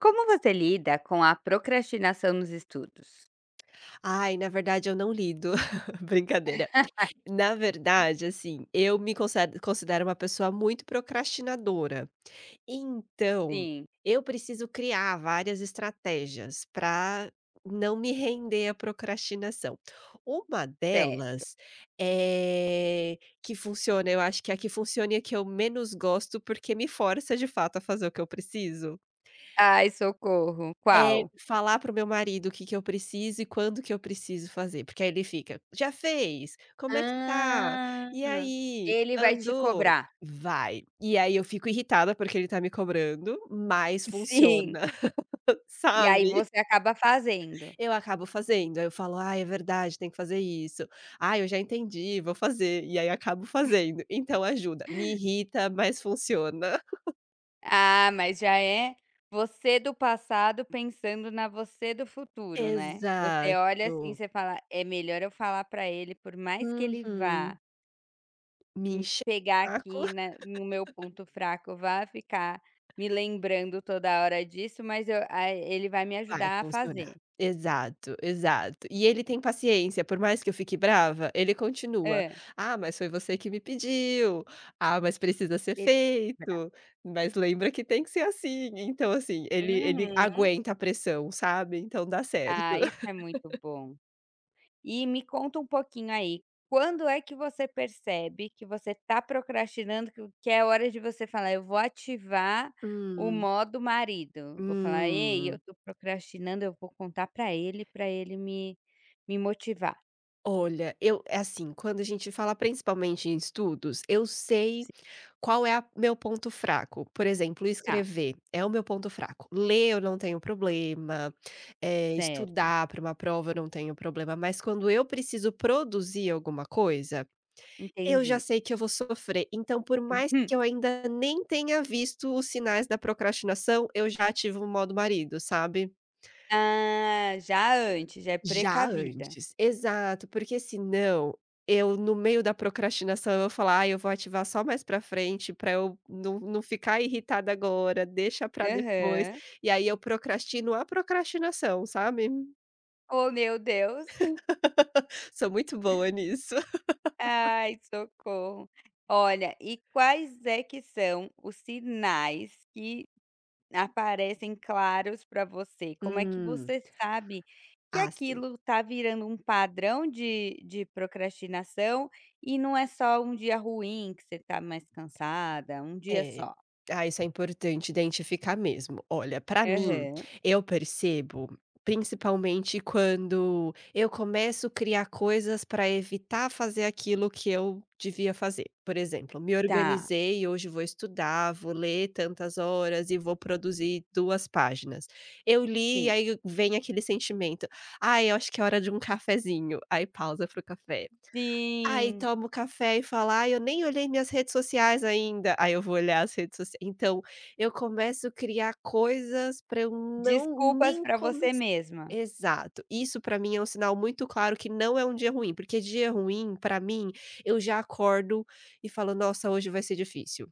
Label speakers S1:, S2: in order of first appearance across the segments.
S1: Como você lida com a procrastinação nos estudos?
S2: Ai, na verdade eu não lido. Brincadeira. Na verdade, assim, eu me conse considero uma pessoa muito procrastinadora. Então,
S1: Sim.
S2: eu preciso criar várias estratégias para não me render à procrastinação. Uma
S1: Certo.
S2: delas, eh, que funciona, eu acho que é a que funciona e a que eu menos gosto, porque me força de fato a fazer o que eu preciso
S1: Ai, socorro.
S2: é,
S1: Qual?
S2: falar para o meu marido o que que eu preciso e quando que eu preciso fazer, porque aí ele fica: "Já fez? Como é que tá?
S1: Ah.
S2: E aí,
S1: Ele vai te
S2: andou?"
S1: cobrar.
S2: Vai. E aí eu fico irritada porque ele tá me cobrando, mas funciona,
S1: Sim. E aí
S2: sabe.
S1: você acaba fazendo.
S2: Eu acabo fazendo, aí eu falo: ah é verdade, tem que fazer isso. ah eu já entendi, vou fazer", e aí acabo fazendo. Então ajuda, me irrita, mas funciona.
S1: Ah, mas já é você do passado pensando na você do futuro, né? Você olha assim,
S2: Exato.
S1: você fala: "É melhor eu falar pra ele, por mais que ele vá."
S2: Uhum. Me enche o
S1: Pegar
S2: saco.
S1: aqui na no meu ponto fraco, vá ficar me lembrando toda hora disso, mas eu a ele vai me
S2: Vai
S1: ajudar a
S2: funcionar.
S1: fazer.
S2: Exato, exato. E ele tem paciência, por mais que eu fique brava, ele continua:
S1: Hã,
S2: "Ah, mas foi você que me pediu. Ah, mas precisa ser
S1: ele
S2: feito. Mas lembra que tem que ser assim". Então, assim, ele
S1: uhum.
S2: aguenta a pressão, sabe, então dá certo.
S1: Ah, isso é muito bom. E me conta um pouquinho aí, quando é que você percebe que você está procrastinando, que é hora de você falar: "Eu vou ativar o
S2: Hum,
S1: modo marido", vou falar: "Ei, eu
S2: hum.
S1: tô procrastinando, eu vou contar para ele me motivar".
S2: Olha, eu é assim, quando a gente fala principalmente em estudos, eu sei
S1: Sim.
S2: qual é a meu ponto fraco? Por exemplo,
S1: Tá,
S2: escrever é o meu ponto fraco. Ler eu não tenho problema,
S1: certo.
S2: estudar para uma prova eu não tenho problema, mas quando eu preciso produzir alguma coisa, eu já
S1: Entendi.
S2: sei que eu vou sofrer. Então, por mais que eu ainda nem tenha visto os sinais da procrastinação, eu já ativo o modo marido, sabe?
S1: Ah, já antes, já é
S2: Já
S1: precavida.
S2: antes, exato, porque senão eu no meio da procrastinação eu vou falar: "Ah, eu vou ativar só mais pra frente pra eu não ficar irritada agora, deixa pra depois",
S1: Aham.
S2: e aí eu procrastino a procrastinação, sabe?
S1: Oh, meu Deus.
S2: Sou muito boa nisso.
S1: Ai, socorro. Olha, e quais é que são os sinais que aparecem claros para você? Como é que
S2: Hum.
S1: você sabe que
S2: Ah, sim.
S1: aquilo tá virando um padrão de procrastinação e não é só um dia ruim que você tá mais cansada, um dia
S2: É.
S1: só?
S2: Ah, isso é importante identificar mesmo. Olha, pra mim,
S1: Aham.
S2: eu percebo principalmente quando eu começo a criar coisas para evitar fazer aquilo que eu devia fazer. Por exemplo, me
S1: Tá.
S2: organizei, hoje vou estudar, vou ler tantas horas e vou produzir 2 páginas. Eu li e
S1: Sim.
S2: aí vem aquele sentimento: Ah, eu acho que é hora de um cafezinho", aí pausa para o café. Aí
S1: Sim.
S2: tomo café e falo: "Ai, eu nem olhei minhas redes sociais ainda". Aí eu vou olhar as redes sociais. Então, eu começo a criar coisas para eu não
S1: Desculpas
S2: nem
S1: para você
S2: começar.
S1: mesma,
S2: Exato. Isso para mim é um sinal muito claro que não é um dia ruim, porque dia ruim, para mim, eu já acordo e falo: "Nossa, hoje vai ser difícil".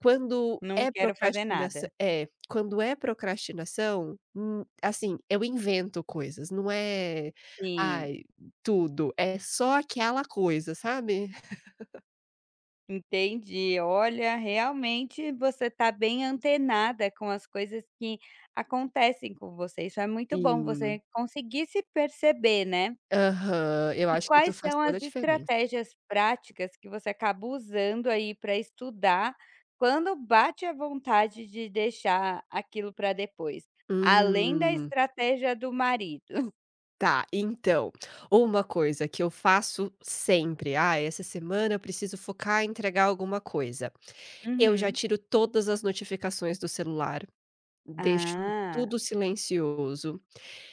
S2: Quando
S1: não
S2: é
S1: quero fazer nada.
S2: procrastinação é, quando é procrastinação, assim, eu invento coisas, não é,
S1: Sim,
S2: ai, tudo, é só aquela coisa, sabe?
S1: entendi. Olha, realmente você está bem antenada com as coisas que acontecem com você, isso é muito bom,
S2: Sim.
S1: você conseguir se perceber, né.
S2: Aham, eu
S1: E
S2: acho que isso
S1: quais
S2: faz
S1: são
S2: toda
S1: as
S2: a diferença.
S1: estratégias práticas que você acaba usando aí para estudar, quando bate a vontade de deixar aquilo para depois, além da
S2: Hum,
S1: estratégia do marido?
S2: tá, então, uma coisa que eu faço sempre, "Ah, essa semana eu preciso focar em entregar alguma coisa". Eu já
S1: Uhum.
S2: tiro todas as notificações do celular, deixo
S1: Ah,
S2: tudo silencioso.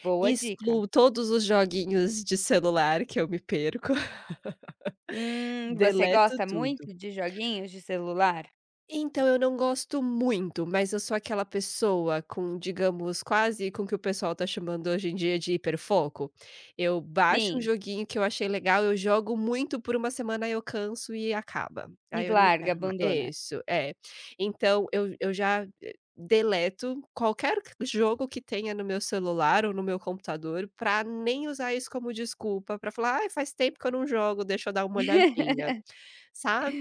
S1: boa dica.
S2: Excluo todos os joguinhos de celular que eu me perco,
S1: Você
S2: deleto
S1: gosta
S2: tudo.
S1: muito de joguinhos de celular?
S2: Então, eu não gosto muito, mas eu sou aquela pessoa com, digamos, quase com o que o pessoal tá chamando hoje em dia de hiperfoco. Eu baixo um
S1: Sim.
S2: joguinho que eu achei legal, eu jogo muito por uma semana, aí eu canso e acaba.
S1: E
S2: Aí eu não
S1: larga,
S2: quero mais.
S1: abandona.
S2: É isso, é. Então, eu já, deleto qualquer c jogo que tenha no meu celular ou no meu computador pra nem usar isso como desculpa, pra falar: "Ai, faz tempo que eu não jogo, deixa eu dar uma olhadinha", sabe?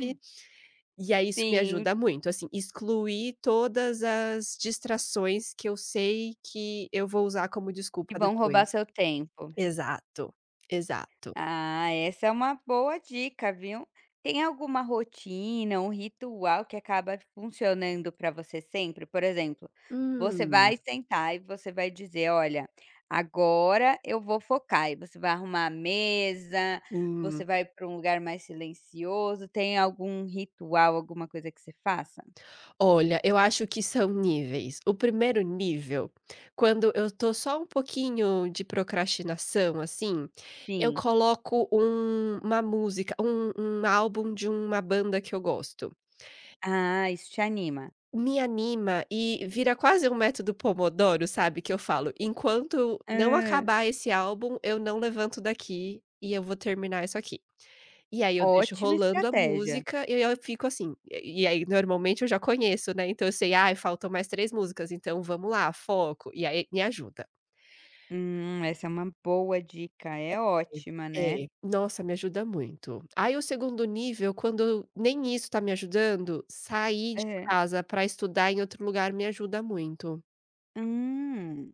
S2: E aí isso me
S1: Sim,
S2: ajuda muito, assim, excluir todas as distrações que eu sei que eu vou usar como
S1: que
S2: desculpa
S1: vão roubar
S2: depois.
S1: seu tempo.
S2: Exato, exato.
S1: Ah, essa é uma boa dica, viu. Tem alguma rotina, um ritual que acaba funcionando para você sempre? Por exemplo, você
S2: Hum,
S1: vai sentar e você vai dizer: "Olha, agora eu vou focar", e você vai arrumar a mesa, você
S2: hum.
S1: vai para um lugar mais silencioso. Tem algum ritual, alguma coisa que você faça?
S2: Olha, eu acho que são níveis. O primeiro nível, quando eu tô só um pouquinho de procrastinação, assim, eu
S1: Sim.
S2: coloco uma música, um álbum de uma banda que eu gosto.
S1: Ah, isso te anima.
S2: Me anima e vira quase um método Pomodoro, sabe, que eu falo: "Enquanto não
S1: Hã,
S2: acabar esse álbum, eu não levanto daqui e eu vou terminar isso aqui". E aí eu deixo
S1: ótima
S2: rolando a
S1: estratégia.
S2: música e eu fico assim e aí normalmente eu já conheço, né, então eu sei: "Ai, faltam mais 3 músicas, então vamos lá, foco". E aí me ajuda.
S1: Essa é uma boa dica, é ótima, né.
S2: É, nossa, me ajuda muito. Aí o segundo nível, quando nem isso tá me ajudando, sair de
S1: Aham.
S2: casa pra estudar em outro lugar me ajuda muito.
S1: Hum,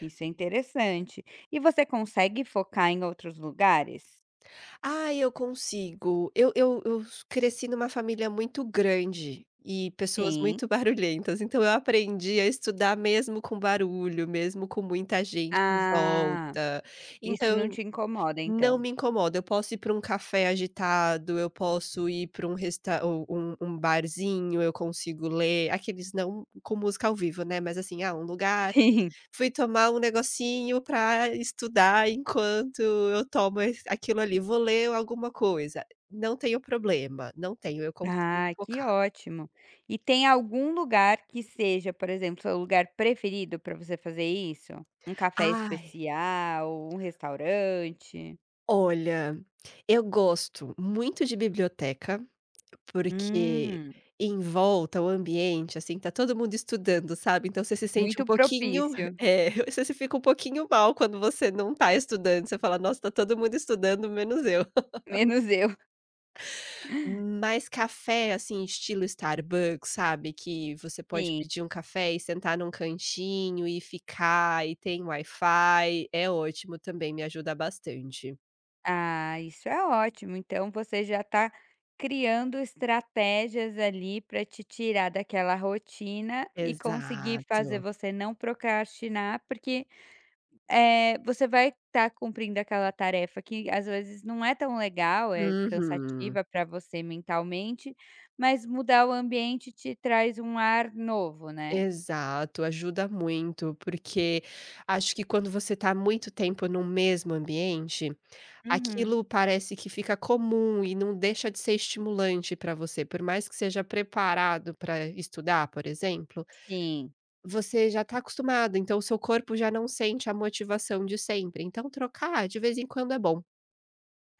S1: isso é interessante. E você consegue focar em outros lugares?
S2: Ah, eu consigo. Eu cresci numa família muito grande e pessoas
S1: Sim.
S2: muito barulhentas, então eu aprendi a estudar mesmo com barulho, mesmo com muita gente em
S1: Ah,
S2: volta.
S1: isso não
S2: Então,
S1: te incomoda
S2: não
S1: então?
S2: me incomoda, eu posso ir para um café agitado, eu posso ir para um resta u um barzinho, eu consigo ler, aqueles não com música ao vivo, né, mas assim, ah, um lugar.
S1: Sim.
S2: Fui tomar um negocinho para estudar enquanto eu tomo es aquilo ali, vou ler alguma coisa, não tenho problema, não tenho, eu consigo
S1: Ah, que
S2: focar.
S1: ótimo. E tem algum lugar que seja, por exemplo, seu lugar preferido pra você fazer isso? Um café
S2: Ai,
S1: especial, um restaurante?
S2: olha, eu gosto muito de biblioteca, porque
S1: Hum.
S2: em volta o ambiente, assim, tá todo mundo estudando, sabe, então você se sente um
S1: Muito
S2: pouquinho
S1: propício,
S2: é, você se fica um pouquinho mal quando você não tá estudando, você fala: "Nossa, tá todo mundo estudando menos eu".
S1: menos eu.
S2: Mais café, assim, estilo Starbucks, sabe, que você pode
S1: Sim.
S2: pedir um café e sentar num cantinho e ficar, e tem Wi-Fi, é ótimo também, me ajuda bastante.
S1: Ah, isso é ótimo, então você já está criando estratégias ali para te tirar daquela rotina e conseguir fazer
S2: Exato.
S1: você não procrastinar, porque, você vai estar cumprindo aquela tarefa que às vezes não é tão legal, é
S2: Uhum.
S1: cansativa para você mentalmente, mas mudar o ambiente te traz um ar novo, né?
S2: Exato, ajuda muito, porque acho que quando você tá muito tempo no mesmo ambiente,
S1: Uhum.
S2: aquilo parece que fica comum e não deixa de ser estimulante para você, por mais que seja preparado para estudar, por exemplo.
S1: Sim.
S2: Você já está acostumado, então o seu corpo já não sente a motivação de sempre, então trocar de vez em quando é bom.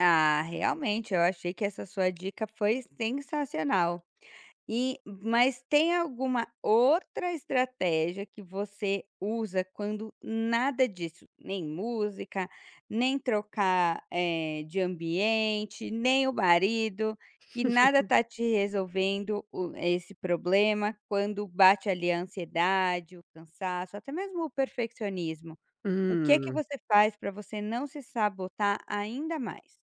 S1: Ah, realmente, eu achei que essa sua dica foi sensacional. E mas tem alguma outra estratégia que você usa quando nada disso, nem música, nem trocar, de ambiente, nem o marido, que nada tá te resolvendo o esse problema, quando bate ali a ansiedade, o cansaço, até mesmo o perfeccionismo. O que é que
S2: "Hum,
S1: você faz para você não se sabotar ainda mais?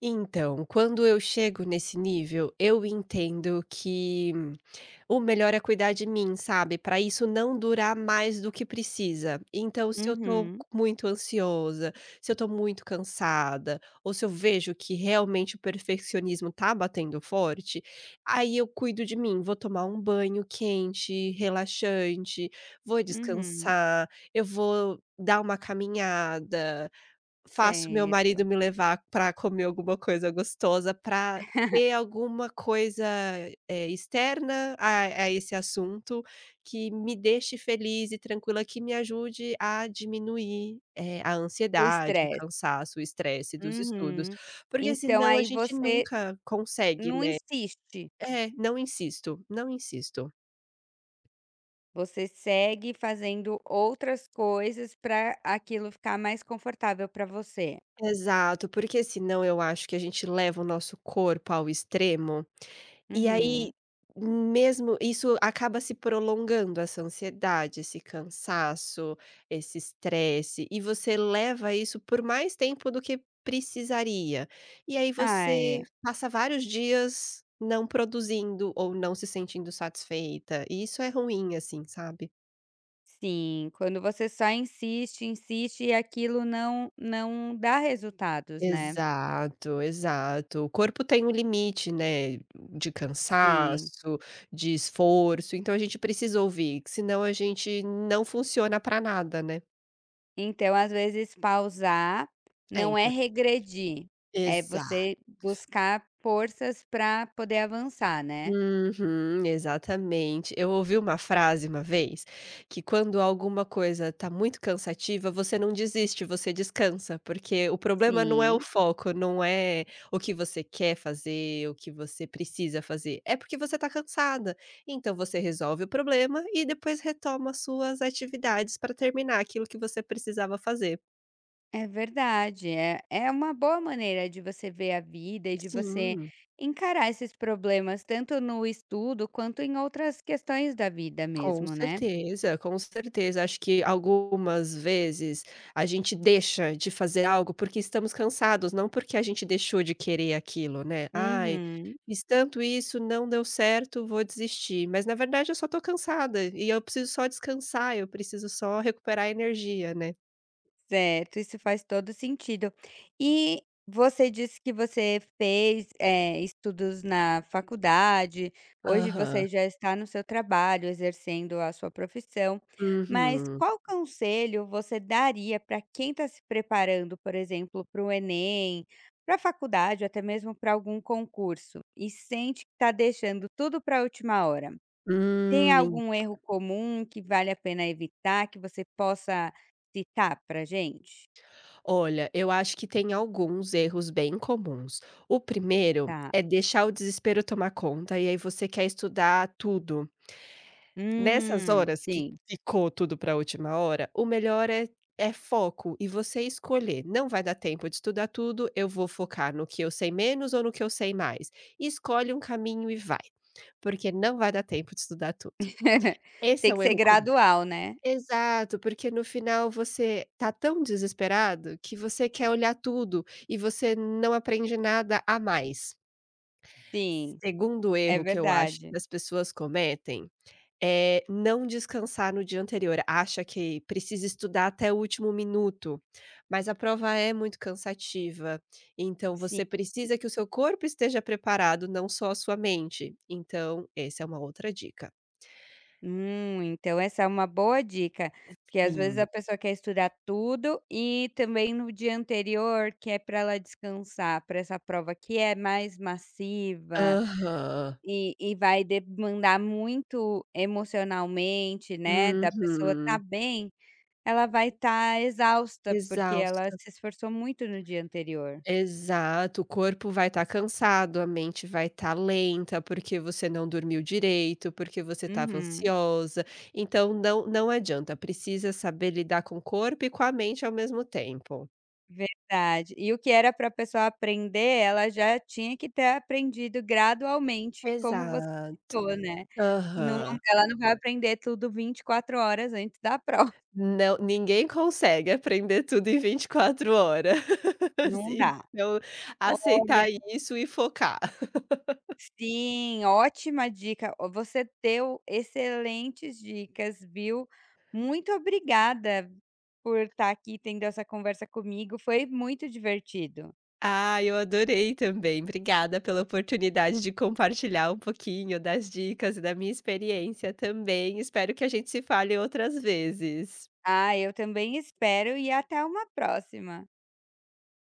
S2: Então, quando eu chego nesse nível, eu entendo que o melhor é cuidar de mim, sabe, para isso não durar mais do que precisa. Então, se eu tô
S1: Uhum,
S2: muito ansiosa, se eu tô muito cansada, ou se eu vejo que realmente o perfeccionismo tá batendo forte, aí eu cuido de mim. Vou tomar um banho quente, relaxante, vou
S1: uhum.
S2: descansar, eu vou dar uma caminhada. Faço meu marido
S1: Certo.
S2: me levar pra comer alguma coisa gostosa, pra ter alguma coisa, externa a esse assunto, que me deixe feliz e tranquila, que me ajude a diminuir, a
S1: O
S2: ansiedade, o
S1: estresse.
S2: cansaço, o estresse dos estudos,
S1: Uhum.
S2: porque
S1: Então
S2: senão a
S1: aí
S2: gente
S1: você
S2: nunca consegue,
S1: não
S2: né.
S1: insiste,
S2: É, não insisto, não insisto.
S1: você segue fazendo outras coisas para aquilo ficar mais confortável para você.
S2: Exato, porque senão eu acho que a gente leva o nosso corpo ao extremo. E aí,
S1: Uhum.
S2: mesmo isso acaba se prolongando, essa ansiedade, esse cansaço, esse estresse, e você leva isso por mais tempo do que precisaria. E aí
S1: Ah,
S2: você
S1: é.
S2: passa vários dias não produzindo ou não se sentindo satisfeita, e isso é ruim, assim, sabe?
S1: Sim, quando você só insiste, insiste e aquilo não dá resultados, né.
S2: Exato, exato. O corpo tem um limite, né, de
S1: Sim.
S2: cansaço, de esforço, então a gente precisa ouvir, que senão a gente não funciona para nada, né.
S1: Então, às vezes, pausar
S2: É
S1: não é
S2: impor
S1: regredir, é você buscar forças para poder avançar, né.
S2: Uhum, exatamente. Eu ouvi uma frase uma vez, que quando alguma coisa está muito cansativa, você não desiste, você descansa, porque o problema não é o
S1: Sim,
S2: foco, não é o que você quer fazer, o que você precisa fazer, é porque você está cansada. Então você resolve o problema e depois retoma as suas atividades para terminar aquilo que você precisava fazer.
S1: é verdade. É uma boa maneira de você ver a vida e de você
S2: Sim.
S1: encarar esses problemas tanto no estudo quanto em outras questões da vida
S2: Com
S1: mesmo, né.
S2: certeza, com certeza. Acho que algumas vezes a gente deixa de fazer algo porque estamos cansados, não porque a gente deixou de querer aquilo, né. "Ai,
S1: Uhum.
S2: fiz tanto isso, não deu certo, vou desistir", mas na verdade eu só tô cansada e eu preciso só descansar, eu preciso só recuperar a energia, né.
S1: Certo, isso faz todo sentido. E você disse que você fez, estudos na faculdade, hoje você
S2: Aham.
S1: já está no seu trabalho, exercendo a sua profissão, mas
S2: Uhum.
S1: qual conselho você daria para quem está se preparando, por exemplo, para o Enem, para a faculdade ou até mesmo para algum concurso e sente que está deixando tudo para a última hora? Tem
S2: Hum,
S1: algum erro comum que vale a pena evitar, que você possa citar para gente?
S2: olha, eu acho que tem alguns erros bem comuns. O primeiro
S1: Tá.
S2: é deixar o desespero tomar conta e aí você quer estudar tudo. Nessas horas que
S1: Sim.
S2: ficou tudo para a última hora, o melhor é foco e você escolher. Não vai dar tempo de estudar tudo, eu vou focar no que eu sei menos ou no que eu sei mais. Escolhe um caminho e vai, porque não vai dar tempo de estudar tudo. Esse
S1: Tem
S2: é
S1: que
S2: o
S1: ser
S2: erro comum.
S1: gradual, né.
S2: Exato, porque no final você tá tão desesperado que você quer olhar tudo e você não aprende nada a mais.
S1: Sim,
S2: Segundo
S1: é
S2: erro que eu acho
S1: verdade.
S2: que as pessoas cometem é não descansar no dia anterior. Acha que precisa estudar até o último minuto, mas a prova é muito cansativa. Então
S1: Sim.
S2: você precisa que o seu corpo esteja preparado, não só a sua mente. Então, essa é uma outra dica.
S1: Então essa é uma boa dica, porque às vezes a
S2: Sim.
S1: pessoa quer estudar tudo e também no dia anterior, que é pra ela descansar para essa prova que é mais massiva
S2: Aham.
S1: e vai demandar muito emocionalmente, né, da pessoa estar
S2: Uhum.
S1: bem, ela vai estar exausta, porque ela
S2: Exausta.
S1: se esforçou muito no dia anterior.
S2: Exato, o corpo vai estar cansado, a mente vai estar lenta, porque você não dormiu direito, porque você estava
S1: Uhum.
S2: ansiosa, então não adianta, precisa saber lidar com o corpo e com a mente ao mesmo tempo.
S1: Verdade. E o que era para a pessoa aprender, ela já tinha que ter aprendido gradualmente, como você
S2: Exato.
S1: citou, né. Não,
S2: Aham.
S1: ela não vai aprender tudo 24 horas antes da prova,
S2: Não, ninguém consegue aprender tudo em 24 horas,
S1: não dá.
S2: então
S1: Olha,
S2: aceitar isso e focar.
S1: sim, ótima dica. Ó, você deu excelentes dicas, viu. Muito obrigada por estar aqui tendo essa conversa comigo, foi muito divertido.
S2: Ah, eu adorei também. Obrigada pela oportunidade de compartilhar um pouquinho das dicas e da minha experiência também. Espero que a gente se fale outras vezes.
S1: Ah, eu também espero e até uma próxima.